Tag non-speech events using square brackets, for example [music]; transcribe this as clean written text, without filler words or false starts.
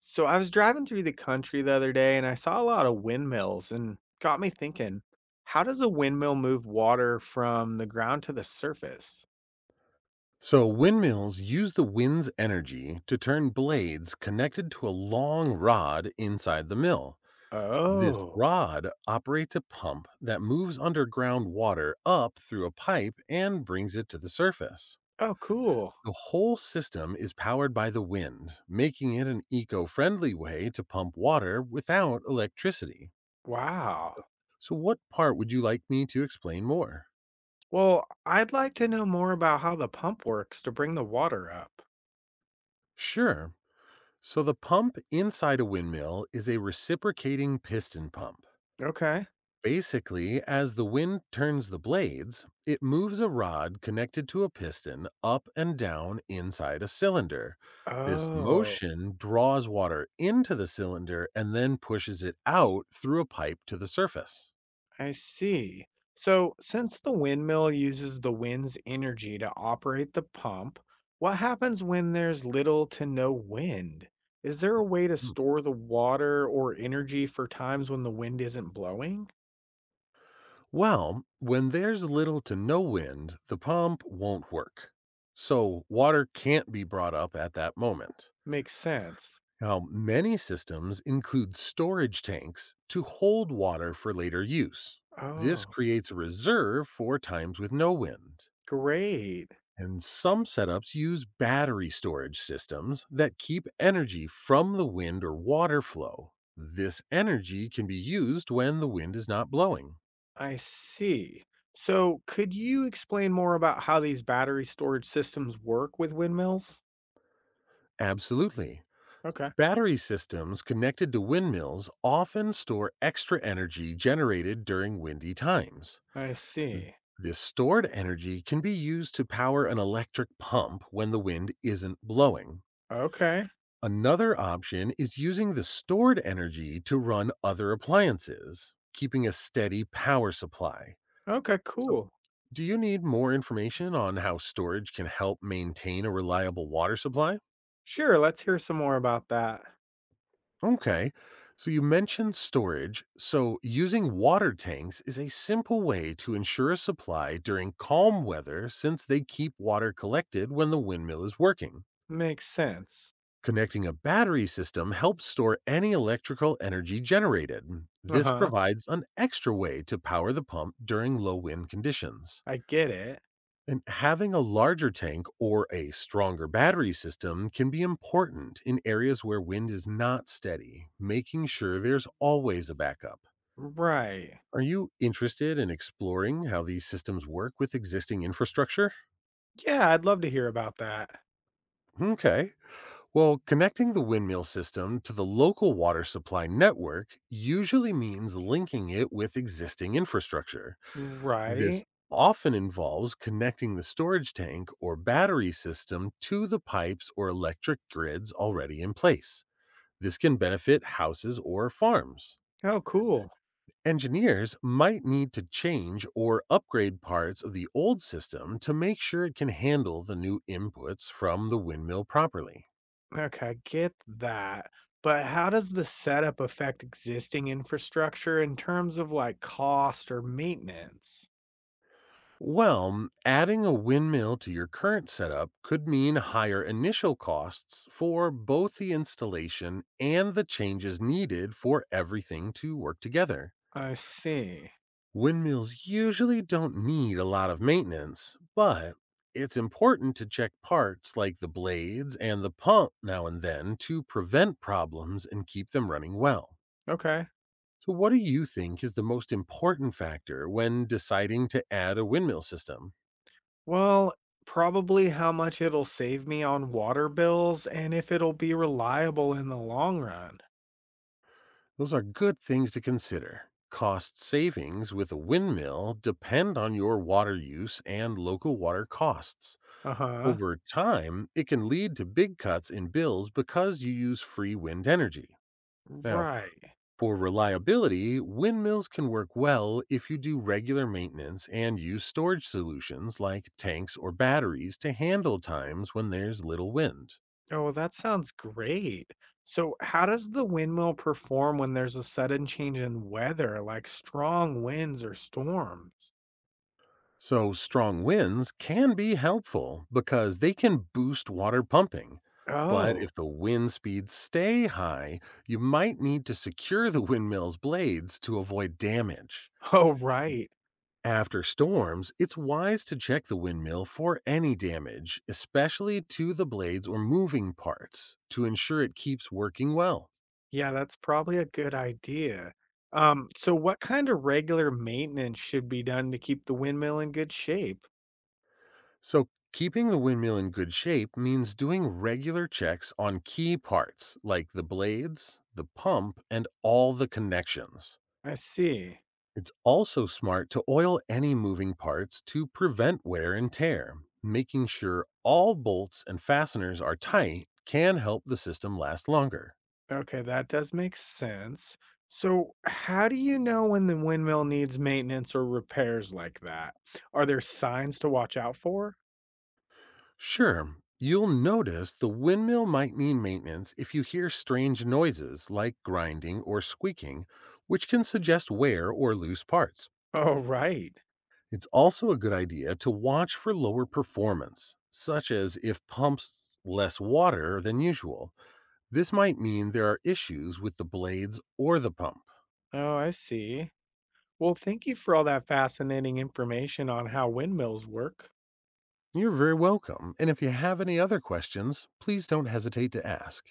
So I was driving through the country the other day and I saw a lot of windmills and got me thinking, how does a windmill move water from the ground to the surface? So, windmills use the wind's energy to turn blades connected to a long rod inside the mill. This Oh, rod operates a pump that moves underground water up through a pipe and brings it to the surface. oh, cool. The whole system is powered by the wind, making it an eco friendly way to pump water without electricity. Wow. So, what part would you like me to explain more? Well, I'd like to know more about how the pump works to bring the water up. Sure. So, the pump inside a windmill is a reciprocating piston pump. Okay. Basically, as the wind turns the blades, it moves a rod connected to a piston up and down inside a cylinder. This Oh, motion draws water into the cylinder and then pushes it out through a pipe to the surface. I see. So, since the windmill uses the wind's energy to operate the pump, what happens when there's little to no wind? Is there a way to Hmm. store the water or energy for times when the wind isn't blowing? Well, when there's little to no wind, the pump won't work. So, water can't be brought up at that moment. Makes sense. Now, many systems include storage tanks to hold water for later use. This Oh, creates a reserve for times with no wind. great. And some setups use battery storage systems that keep energy from the wind or water flow. This energy can be used when the wind is not blowing. I see. So, could you explain more about how these battery storage systems work with windmills? Absolutely. Okay. Battery systems connected to windmills often store extra energy generated during windy times. I see. This stored energy can be used to power an electric pump when the wind isn't blowing. Okay. Another option is using the stored energy to run other appliances, keeping a steady power supply. Okay, So, cool. do you need more information on how storage can help maintain a reliable water supply? Sure, let's hear some more about that. Okay. So you mentioned storage. So using water tanks is a simple way to ensure a supply during calm weather since they keep water collected when the windmill is working. Makes sense. Connecting a battery system helps store any electrical energy generated. This Uh-huh. provides an extra way to power the pump during low wind conditions. I get it. And having a larger tank or a stronger battery system can be important in areas where wind is not steady, making sure there's always a backup. Right. Are you interested in exploring how these systems work with existing infrastructure? Yeah, I'd love to hear about that. Okay. Well, connecting the windmill system to the local water supply network usually means linking it with existing infrastructure. This Right. often involves connecting the storage tank or battery system to the pipes or electric grids already in place. This can benefit houses or farms. Oh, cool. Engineers might need to change or upgrade parts of the old system to make sure it can handle the new inputs from the windmill properly. Okay, I get that. But how does the setup affect existing infrastructure in terms of like cost or maintenance? Well, adding a windmill to your current setup could mean higher initial costs for both the installation and the changes needed for everything to work together. I see. Windmills usually don't need a lot of maintenance, but it's important to check parts like the blades and the pump now and then to prevent problems and keep them running well. Okay. So, what do you think is the most important factor when deciding to add a windmill system? Well, probably how much it'll save me on water bills and if it'll be reliable in the long run. Those are good things to consider. Cost savings with a windmill depend on your water use and local water costs. Uh-huh. Over time, it can lead to big cuts in bills because you use free wind energy. Now, Right. for reliability, windmills can work well if you do regular maintenance and use storage solutions like tanks or batteries to handle times when there's little wind. Oh, that sounds great. So, how does the windmill perform when there's a sudden change in weather, like strong winds or storms? So, strong winds can be helpful because they can boost water pumping. But Oh, if the wind speeds stay high, you might need to secure the [laughs] windmill's blades to avoid damage. oh, right. After storms, it's wise to check the windmill for any damage, especially to the blades or moving parts, to ensure it keeps working well. Yeah, that's probably a good idea. So what kind of regular maintenance should be done to keep the windmill in good shape? So, keeping the windmill in good shape means doing regular checks on key parts like the blades, the pump, and all the connections. I see. It's also smart to oil any moving parts to prevent wear and tear. Making sure all bolts and fasteners are tight can help the system last longer. Okay, that does make sense. So, how do you know when the windmill needs maintenance or repairs like that? Are there signs to watch out for? Sure, you'll notice the windmill might need maintenance if you hear strange noises like grinding or squeaking, which can suggest wear or loose parts. Oh, right. It's also a good idea to watch for lower performance, such as if pumps less water than usual. This might mean there are issues with the blades or the pump. Oh, I see. Well, thank you for all that fascinating information on how windmills work. You're very welcome, and if you have any other questions, please don't hesitate to ask.